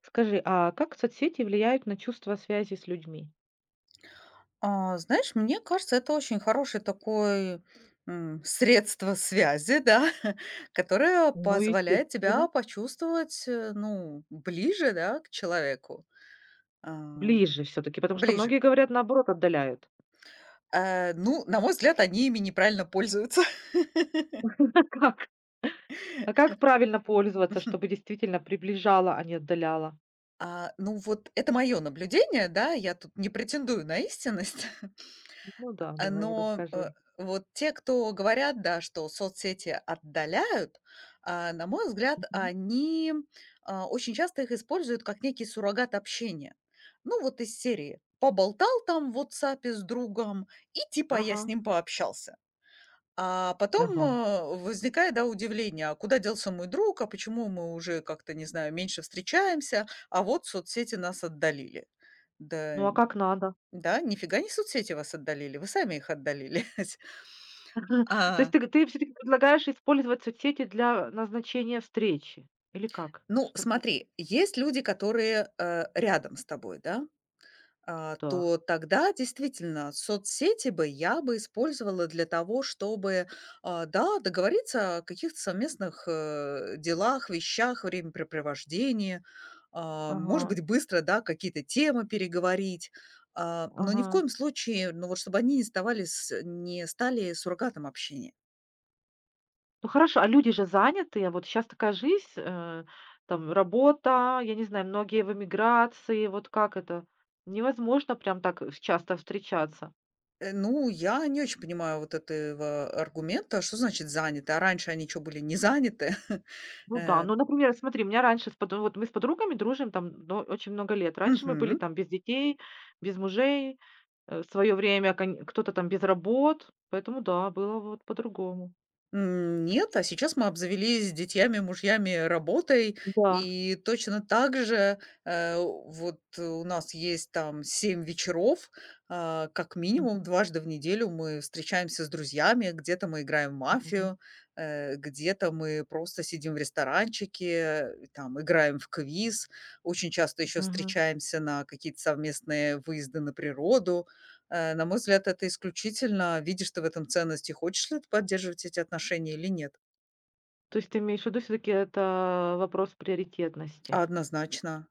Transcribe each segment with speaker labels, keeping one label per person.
Speaker 1: Скажи, а как соцсети влияют на чувство связи с людьми?
Speaker 2: А, знаешь, мне кажется, это очень хорошее такое, средство связи, да, которое
Speaker 1: Ну,
Speaker 2: позволяет тебя
Speaker 1: естественно.
Speaker 2: почувствовать, ближе, да, к человеку. А,
Speaker 1: Ближе все-таки, потому что
Speaker 2: ближе.
Speaker 1: многие говорят, наоборот, отдаляют.
Speaker 2: На мой взгляд, они ими неправильно пользуются.
Speaker 1: Как? А как правильно пользоваться, чтобы действительно приближало, а не отдаляло?
Speaker 2: Вот это мое наблюдение, да, я тут не претендую на истинность.
Speaker 1: Ну да,
Speaker 2: Э,
Speaker 1: давай,
Speaker 2: но, э,
Speaker 1: рассказывай.
Speaker 2: вот те, кто говорят, да, что соцсети отдаляют, на мой взгляд,
Speaker 1: Мгм.
Speaker 2: они очень часто их используют как некий суррогат общения. Ну, вот из серии: поболтал там в WhatsApp с другом, и типа я с
Speaker 1: Ага.
Speaker 2: ним пообщался. А потом,
Speaker 1: Ага.
Speaker 2: возникает, да, удивление: а куда делся мой друг, а почему мы уже как-то, не знаю, меньше встречаемся, а вот соцсети нас отдалили. Да,
Speaker 1: Ну а как надо?
Speaker 2: да, нифига не соцсети вас отдалили, вы сами их отдалили.
Speaker 1: То есть
Speaker 2: А,
Speaker 1: ты все-таки предлагаешь использовать соцсети для назначения встречи? Или как?
Speaker 2: ну,
Speaker 1: Что-то.
Speaker 2: смотри, есть люди, которые, рядом с тобой, да,
Speaker 1: Да.
Speaker 2: то тогда действительно соцсети бы я бы использовала для того, чтобы, договориться о каких-то совместных, делах, вещах, времяпрепровождении,
Speaker 1: Ага,
Speaker 2: может быть, быстро, да, какие-то темы переговорить, но ни в
Speaker 1: ага.
Speaker 2: коем случае, ну, вот чтобы они не стали суррогатом общения.
Speaker 1: Ну хорошо, а люди же заняты. Вот сейчас такая жизнь, там работа, я не знаю, многие в эмиграции. Вот как это? Невозможно прям так, часто встречаться.
Speaker 2: Я не очень понимаю вот этого аргумента. Что значит заняты? А раньше они что были, не заняты?
Speaker 1: Ну да,
Speaker 2: Э,
Speaker 1: ну, например, смотри, у меня раньше с подруг вот мы с подругами дружим там, ну, очень много лет. Раньше мы были
Speaker 2: мгм.
Speaker 1: там без детей, без мужей, в своё время кань кто-то там без работ, поэтому да, было вот по-другому.
Speaker 2: Нет, а сейчас мы обзавелись детьями, мужьями, работой.
Speaker 1: Да.
Speaker 2: И точно так же, у нас есть там 7 вечеров, как
Speaker 1: Мгм.
Speaker 2: минимум дважды в неделю мы встречаемся с друзьями, где-то мы играем в
Speaker 1: Мгм.
Speaker 2: мафию, где-то мы просто сидим в ресторанчике, там играем в квиз, очень часто еще
Speaker 1: Мгм.
Speaker 2: встречаемся на какие-то совместные выезды на природу. На мой взгляд, это исключительно, видишь ты в этом ценности хочешь ли ты поддерживать эти отношения или нет.
Speaker 1: То есть ты имеешь в виду всё-таки это вопрос приоритетности?
Speaker 2: Однозначно.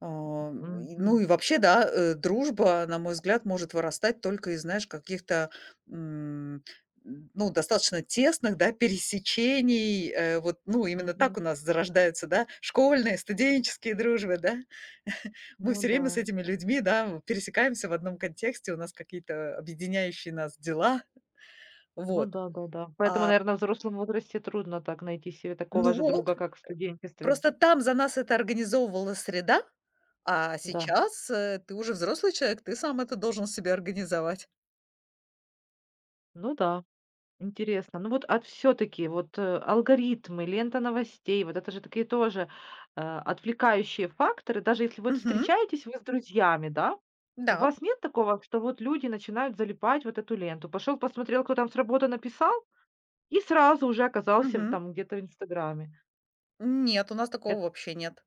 Speaker 2: А, и ну
Speaker 1: Мгм.
Speaker 2: и вообще, да, дружба, на мой взгляд, может вырастать только из, знаешь, каких-то, м, ну, достаточно тесных, да, пересечений. Именно
Speaker 1: Мгм.
Speaker 2: так у нас зарождаются, да, школьные, студенческие дружбы, да. Мы
Speaker 1: Ну
Speaker 2: все
Speaker 1: да.
Speaker 2: время с этими людьми, да, пересекаемся в одном контексте, у нас какие-то объединяющие нас дела.
Speaker 1: Ну
Speaker 2: Вот.
Speaker 1: да, да-да. Поэтому, наверное, в взрослом возрасте трудно так найти себе такого
Speaker 2: Ну
Speaker 1: же
Speaker 2: вот.
Speaker 1: друга, как в студенчестве.
Speaker 2: Просто там за нас это организовывала среда, а
Speaker 1: Да.
Speaker 2: сейчас, ты уже взрослый человек, ты сам это должен себе организовать.
Speaker 1: Ну да, интересно. Ну вот, а все таки вот, алгоритмы, лента новостей, вот это же такие тоже, отвлекающие факторы. Даже если вот
Speaker 2: Мгм.
Speaker 1: встречаетесь вы с друзьями, да, у
Speaker 2: Да.
Speaker 1: вас нет такого, что вот люди начинают залипать вот эту ленту? Пошел посмотрел, кто там с работы написал, и сразу уже оказался
Speaker 2: Мгм.
Speaker 1: там где-то в "Инстаграме".
Speaker 2: Нет, у нас такого вообще нет.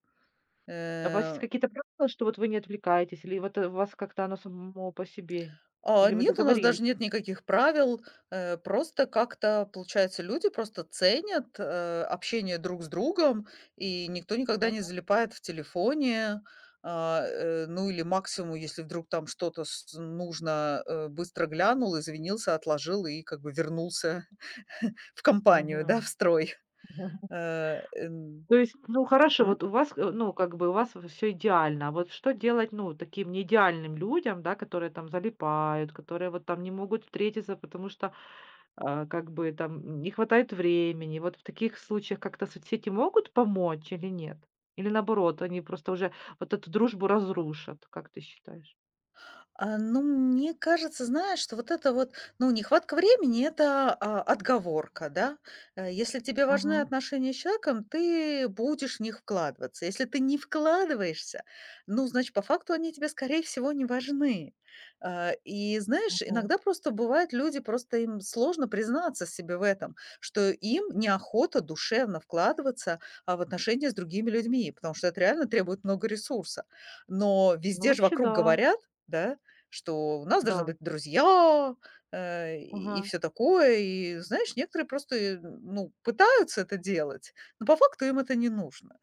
Speaker 1: А у вас есть
Speaker 2: Э.
Speaker 1: какие-то правила, что вот вы не отвлекаетесь, или вот, у вас как-то оно само по себе?
Speaker 2: А,
Speaker 1: Или вы
Speaker 2: нет, у нас
Speaker 1: договорились?
Speaker 2: даже нет никаких правил. Просто как-то, получается, люди просто ценят, общение друг с другом, и никто никогда не
Speaker 1: Ага,
Speaker 2: залипает в телефоне. Или максимум, если вдруг там что-то с нужно, быстро глянул, извинился, отложил и как бы вернулся в
Speaker 1: ага.
Speaker 2: компанию, да, в строй. Э, эм,
Speaker 1: То есть, ну, хорошо,
Speaker 2: мгм.
Speaker 1: вот у вас, ну, как бы у вас все идеально. А вот что делать, ну, таким неидеальным людям, да, которые там залипают, которые вот там не могут встретиться, потому что, а, как бы там не хватает времени? Вот в таких случаях как-то соцсети могут помочь или нет? Или наоборот, они просто уже вот эту дружбу разрушат, как ты считаешь?
Speaker 2: Мне кажется, знаешь, что вот это, ну, нехватка времени — это, отговорка, да. Если тебе важны
Speaker 1: Мгм,
Speaker 2: отношения с человеком, ты будешь в них вкладываться. Если ты не вкладываешься, ну, значит, по факту они тебе, скорее всего, не важны. И знаешь,
Speaker 1: мгм.
Speaker 2: иногда просто бывает, люди просто им сложно признаться себе в этом, что им неохота душевно вкладываться, в отношения с другими людьми, потому что это реально требует много ресурса. Но
Speaker 1: Ну,
Speaker 2: везде же
Speaker 1: вообще
Speaker 2: вокруг
Speaker 1: да.
Speaker 2: говорят, да, что у нас должны
Speaker 1: Да,
Speaker 2: быть друзья, и
Speaker 1: ага.
Speaker 2: все такое. И знаешь, некоторые просто, ну, пытаются это делать, но по факту им это не нужно.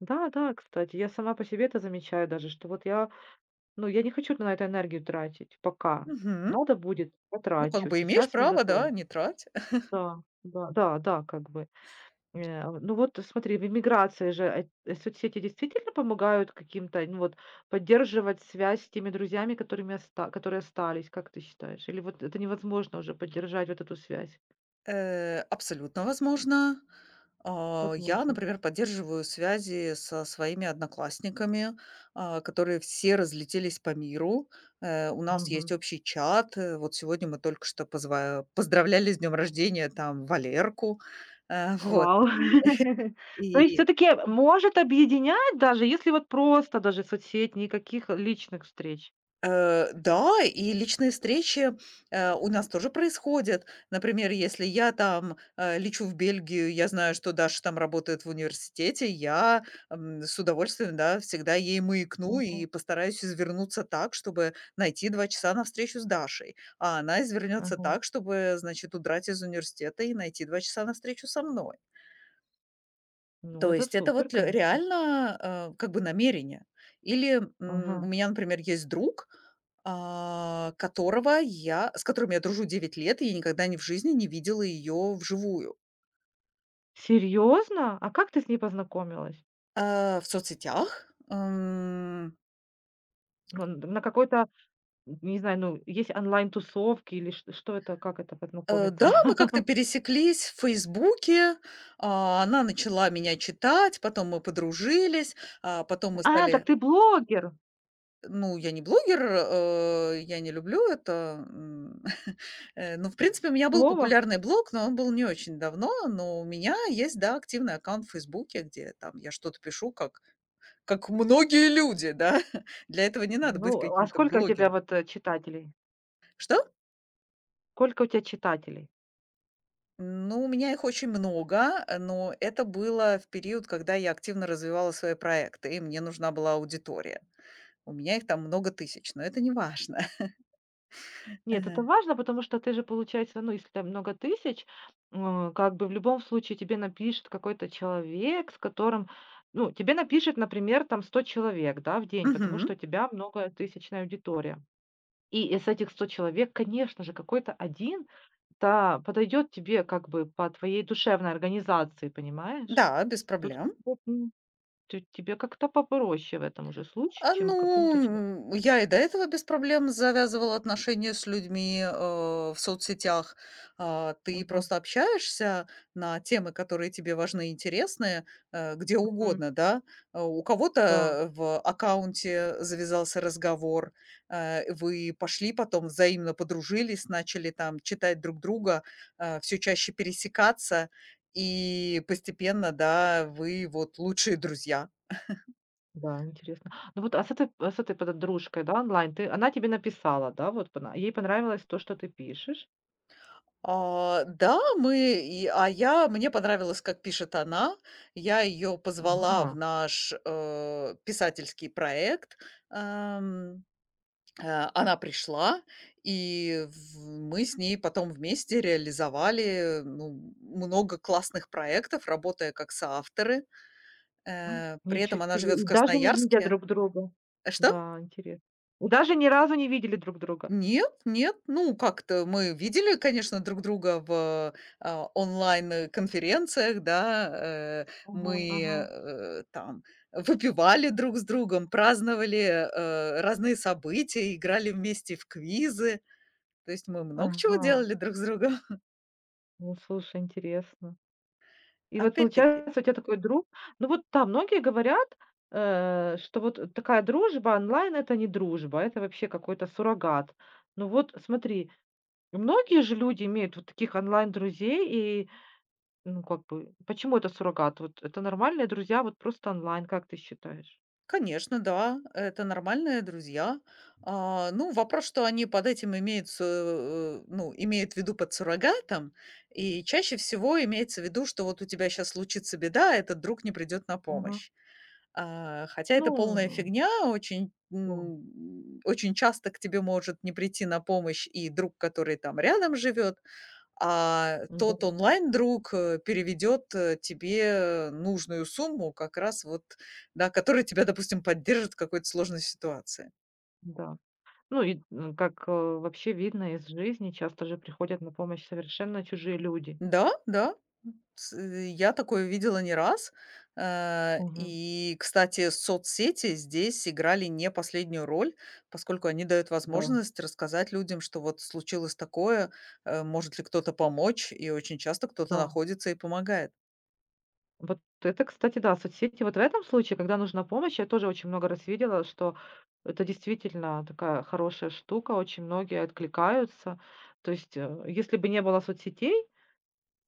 Speaker 1: Да, да, кстати, я сама по себе это замечаю даже, что вот я, ну, я не хочу на это энергию тратить пока.
Speaker 2: Мгм.
Speaker 1: Надо будет,
Speaker 2: Ну, как
Speaker 1: потрачу.
Speaker 2: бы имеешь
Speaker 1: Сейчас не
Speaker 2: право,
Speaker 1: готова.
Speaker 2: да, не трать.
Speaker 1: Да, да, да, да, как бы. Ну вот смотри, в эмиграции же соцсети действительно помогают каким-то, ну вот, поддерживать связь с теми друзьями, которыми оста- которые остались, как ты считаешь? Или вот это невозможно уже поддержать вот эту связь?
Speaker 2: Абсолютно возможно. Я,
Speaker 1: Возможно.
Speaker 2: например, поддерживаю связи со своими одноклассниками, которые все разлетелись по миру. У нас есть общий чат. Вот сегодня мы только что позва поздравляли с днем рождения, там, Валерку. Э, вот.
Speaker 1: Вау. То есть
Speaker 2: И,
Speaker 1: все таки может объединять, даже если вот просто даже соцсеть, никаких личных встреч?
Speaker 2: э, да, и личные встречи, у нас тоже происходят. Например, если я там, лечу в Бельгию, я знаю, что Даша там работает в университете, я с удовольствием, да, всегда ей маякну
Speaker 1: Мгм,
Speaker 2: и постараюсь извернуться так, чтобы найти 2 часа на встречу с Дашей. А она извернется
Speaker 1: мгм.
Speaker 2: так, чтобы, значит, удрать из университета и найти 2 часа на встречу со мной.
Speaker 1: Ну,
Speaker 2: То
Speaker 1: это
Speaker 2: есть это
Speaker 1: супер,
Speaker 2: вот ле
Speaker 1: конечно.
Speaker 2: реально, как бы намерение. Или, у
Speaker 1: Ага.
Speaker 2: меня, например, есть друг, а, которого я с которым я дружу 9 лет, и я никогда ни в жизни не видела ее вживую.
Speaker 1: Серьезно? А как ты с ней познакомилась?
Speaker 2: В соцсетях,
Speaker 1: Ну, н на какой-то, не знаю, ну, есть онлайн-тусовки или чт что это, как это
Speaker 2: да,
Speaker 1: познакомиться?
Speaker 2: мы как-то пересеклись в "Фейсбуке", она начала меня читать, потом мы подружились, а, потом мы
Speaker 1: А, так
Speaker 2: стали
Speaker 1: ты блогер!
Speaker 2: ну, я не блогер, я не люблю это, Э, ну, в принципе, у меня был
Speaker 1: Слово?
Speaker 2: популярный блог, но он был не очень давно. Но у меня есть, да, активный аккаунт в "Фейсбуке", где там я что-то пишу, как многие люди, да. Для этого не надо быть
Speaker 1: Ну, а
Speaker 2: каким-то
Speaker 1: сколько у тебя
Speaker 2: блогером.
Speaker 1: вот, читателей?
Speaker 2: Что?
Speaker 1: Сколько у тебя читателей?
Speaker 2: Ну, у меня их очень много, но это было в период, когда я активно развивала свои проекты, и мне нужна была аудитория. У меня их там много тысяч, но это неважно.
Speaker 1: Нет,
Speaker 2: Э.
Speaker 1: это важно, потому что ты же, получается, ну, если там много тысяч, как бы в любом случае тебе напишет какой-то человек, с которым, ну, тебе напишет, например, там 100 человек, да, в день, потому что
Speaker 2: Мгм.
Speaker 1: у тебя многотысячная аудитория. И из этих 100 человек, конечно же, какой-то один, да, подойдет тебе как бы по твоей душевной организации, понимаешь?
Speaker 2: Да, без
Speaker 1: Тут
Speaker 2: проблем.
Speaker 1: вот, ты тебе как-то попроще в этом уже случае,
Speaker 2: А,
Speaker 1: чем какому-то человеку.
Speaker 2: ну, я и до этого без проблем завязывала отношения с людьми, в соцсетях. Ты
Speaker 1: Мгм.
Speaker 2: просто общаешься на темы, которые тебе важны и интересны, где
Speaker 1: Мгм.
Speaker 2: угодно, да. У
Speaker 1: Да.
Speaker 2: кого-то в аккаунте завязался разговор, вы пошли потом, взаимно подружились, начали там читать друг друга, все чаще пересекаться, и постепенно, да, вы вот лучшие друзья.
Speaker 1: Да, интересно. Ну вот, а с этой подружкой, да, онлайн, ты она тебе написала, да, вот пона ей понравилось то, что ты пишешь?
Speaker 2: А, да, мы и а я мне понравилось, как пишет она. Я ее позвала
Speaker 1: Ага,
Speaker 2: в наш, писательский проект. Эм, э, она пришла, и в мы с ней потом вместе реализовали, ну, много классных проектов, работая как соавторы.
Speaker 1: М,
Speaker 2: При
Speaker 1: ничего
Speaker 2: этом она живет
Speaker 1: себе.
Speaker 2: в
Speaker 1: И даже не видя
Speaker 2: Красноярске.
Speaker 1: друг друга.
Speaker 2: Что?
Speaker 1: Да, интересно. И даже ни разу не видели друг друга?
Speaker 2: Нет, нет. Ну, как-то мы видели, конечно, друг друга в, онлайн, конференциях, да,
Speaker 1: Ага,
Speaker 2: мы,
Speaker 1: ага,
Speaker 2: э, там выпивали друг с другом, праздновали, разные события, играли вместе в квизы. То есть мы много чего
Speaker 1: ага.
Speaker 2: делали друг с другом.
Speaker 1: Ну, слушай, интересно. И вот
Speaker 2: Опять-таки.
Speaker 1: получается, у тебя такой друг. Ну вот, да, многие говорят, что вот такая дружба онлайн — это не дружба, это вообще какой-то суррогат. Ну вот смотри, и многие же люди имеют вот таких онлайн-друзей и, ну, как бы, почему это суррогат? Вот это нормальные друзья, вот просто онлайн, как ты считаешь?
Speaker 2: Конечно, да, это нормальные друзья. Вопрос, что они под этим имеют, имеют в виду под суррогатом, и чаще всего имеется в виду, что вот у тебя сейчас случится беда, а этот друг не придет на
Speaker 1: Мгм.
Speaker 2: помощь. Хотя
Speaker 1: Ну,
Speaker 2: это полная фигня, очень,
Speaker 1: да,
Speaker 2: очень часто к тебе может не прийти на помощь и друг, который там рядом живет, а
Speaker 1: да,
Speaker 2: тот онлайн-друг, переведет, тебе нужную сумму как раз вот, да, которая тебя, допустим, поддержит в какой-то сложной ситуации.
Speaker 1: да. Ну и, как, вообще видно из жизни, часто же приходят на помощь совершенно чужие люди.
Speaker 2: Да, да, я такое видела не раз. Э,
Speaker 1: Мгм.
Speaker 2: и, кстати, соцсети здесь играли не последнюю роль, поскольку они дают
Speaker 1: Да,
Speaker 2: возможность рассказать людям, что вот случилось такое, может ли кто-то помочь, и очень часто кто-то
Speaker 1: да.
Speaker 2: находится и помогает.
Speaker 1: Вот это, кстати, да, соцсети. Вот в этом случае, когда нужна помощь, я тоже очень много раз видела, что это действительно такая хорошая штука, очень многие откликаются. То есть, если бы не было соцсетей,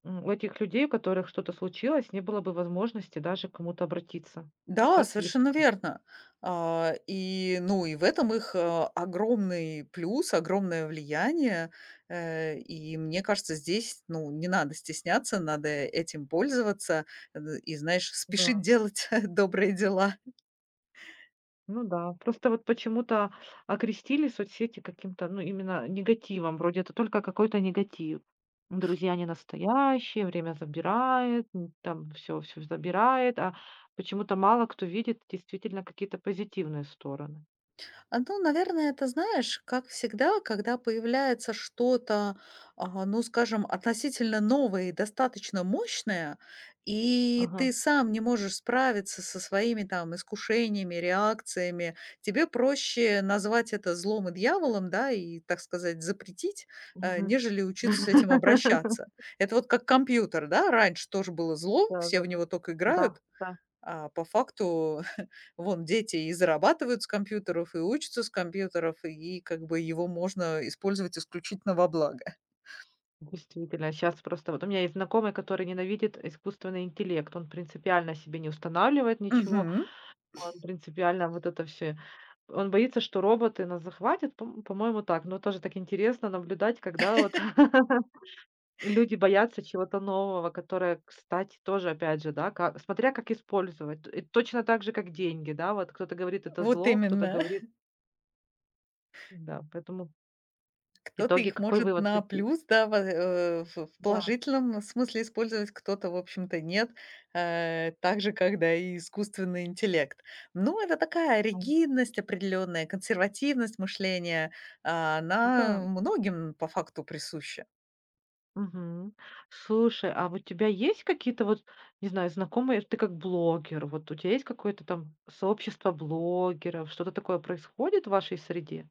Speaker 1: у этих людей, у которых что-то случилось, не было бы возможности даже к кому-то обратиться.
Speaker 2: Да,
Speaker 1: Сейчас есть
Speaker 2: совершенно
Speaker 1: такая.
Speaker 2: верно. Ну, и в этом их, огромный плюс, огромное влияние. И мне кажется, здесь, ну, не надо стесняться, надо этим пользоваться, знаешь, спешить
Speaker 1: Да.
Speaker 2: делать добрые дела.
Speaker 1: Ну да, просто вот почему-то окрестили соцсети каким-то, ну, именно негативом, вроде это только какой-то негатив. Друзья не настоящие, время забирает, там все забирает, а почему-то мало кто видит действительно какие-то позитивные стороны.
Speaker 2: Наверное, это, знаешь, как всегда, когда появляется что-то, ну, скажем, относительно новое и достаточно мощное, и
Speaker 1: Ага.
Speaker 2: ты сам не можешь справиться со своими там искушениями, реакциями, тебе проще назвать это злом и дьяволом, да, и, так сказать, запретить,
Speaker 1: Мгм.
Speaker 2: нежели учиться с этим обращаться. Это вот как компьютер, да, раньше тоже было зло,
Speaker 1: Да, да,
Speaker 2: все в
Speaker 1: да.
Speaker 2: него только
Speaker 1: Да,
Speaker 2: играют,
Speaker 1: да.
Speaker 2: а по факту вон дети и зарабатывают с компьютеров, и учатся с компьютеров, и как бы его можно использовать исключительно во благо.
Speaker 1: Действительно, сейчас просто вот у меня есть знакомый, который ненавидит искусственный интеллект. Он принципиально себе не устанавливает ничего.
Speaker 2: Мгм.
Speaker 1: Он принципиально вот это все. Он боится, что роботы нас захватят, пом по-моему, так. Но тоже так интересно наблюдать, когда вот люди боятся чего-то нового, которое, кстати, тоже, опять же, да, ка смотря как использовать. И точно так же, как деньги, да, вот кто-то говорит, это
Speaker 2: Вот
Speaker 1: зло, кто-то
Speaker 2: именно.
Speaker 1: говорит да, поэтому в
Speaker 2: Кто-то
Speaker 1: итоге
Speaker 2: их
Speaker 1: какой
Speaker 2: может
Speaker 1: вывод?
Speaker 2: на
Speaker 1: Ты
Speaker 2: плюс, да, во э, в
Speaker 1: да,
Speaker 2: положительном смысле использовать, кто-то, в общем-то, нет. Так же, когда и искусственный интеллект. Но это такая ригидность определенная, консервативность мышления,
Speaker 1: да.
Speaker 2: она многим по факту присуща.
Speaker 1: Мгм. Слушай, а вот у тебя есть какие-то вот, не знаю, знакомые, ты как блогер, вот у тебя есть какое-то там сообщество блогеров, что-то такое происходит в вашей среде?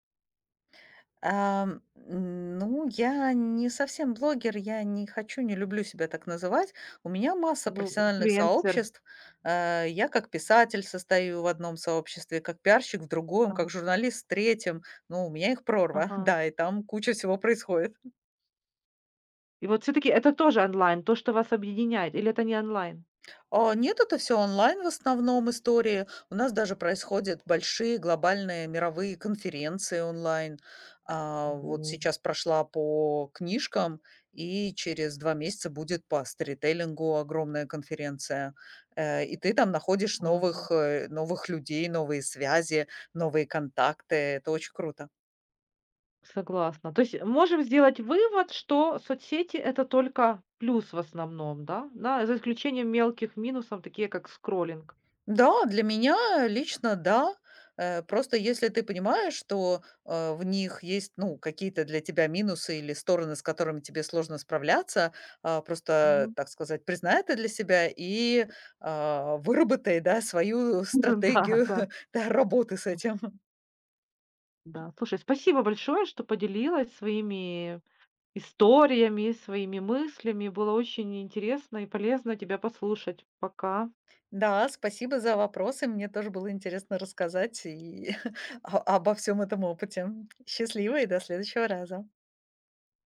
Speaker 2: Я не совсем блогер, я не хочу, не люблю себя так называть. У меня масса
Speaker 1: Ну,
Speaker 2: профессиональных
Speaker 1: инфлюенсер.
Speaker 2: сообществ. Я как писатель состою в одном сообществе, как пиарщик в
Speaker 1: А,
Speaker 2: другом, как журналист в третьем. Ну, у меня их прорва,
Speaker 1: ага.
Speaker 2: да, и там куча всего происходит.
Speaker 1: И вот все-таки это тоже онлайн, то, что вас объединяет, или это не онлайн?
Speaker 2: Нет, это все онлайн в основном истории. У нас даже происходят большие глобальные мировые конференции онлайн. Вот
Speaker 1: Вот.
Speaker 2: сейчас прошла по книжкам, и через 2 месяца будет по сторителлингу огромная конференция. И ты там находишь
Speaker 1: Мгм.
Speaker 2: новых, новых людей, новые связи, новые контакты. Это очень круто.
Speaker 1: Согласна. То есть можем сделать вывод, что соцсети это только плюс в основном, да? Да, за исключением мелких минусов, такие как скроллинг.
Speaker 2: Да, для меня лично да. Просто если ты понимаешь, что, в них есть, ну, какие-то для тебя минусы или стороны, с которыми тебе сложно справляться, просто,
Speaker 1: Мгм.
Speaker 2: так сказать, признай это для себя и, выработай, да, свою
Speaker 1: Да,
Speaker 2: стратегию,
Speaker 1: да.
Speaker 2: да, работы с этим.
Speaker 1: Да, слушай, спасибо большое, что поделилась своими историями, своими мыслями. Было очень интересно и полезно тебя послушать. Пока.
Speaker 2: Да, спасибо за вопросы. Мне тоже было интересно рассказать и о обо всем этом опыте. Счастливо и до следующего раза.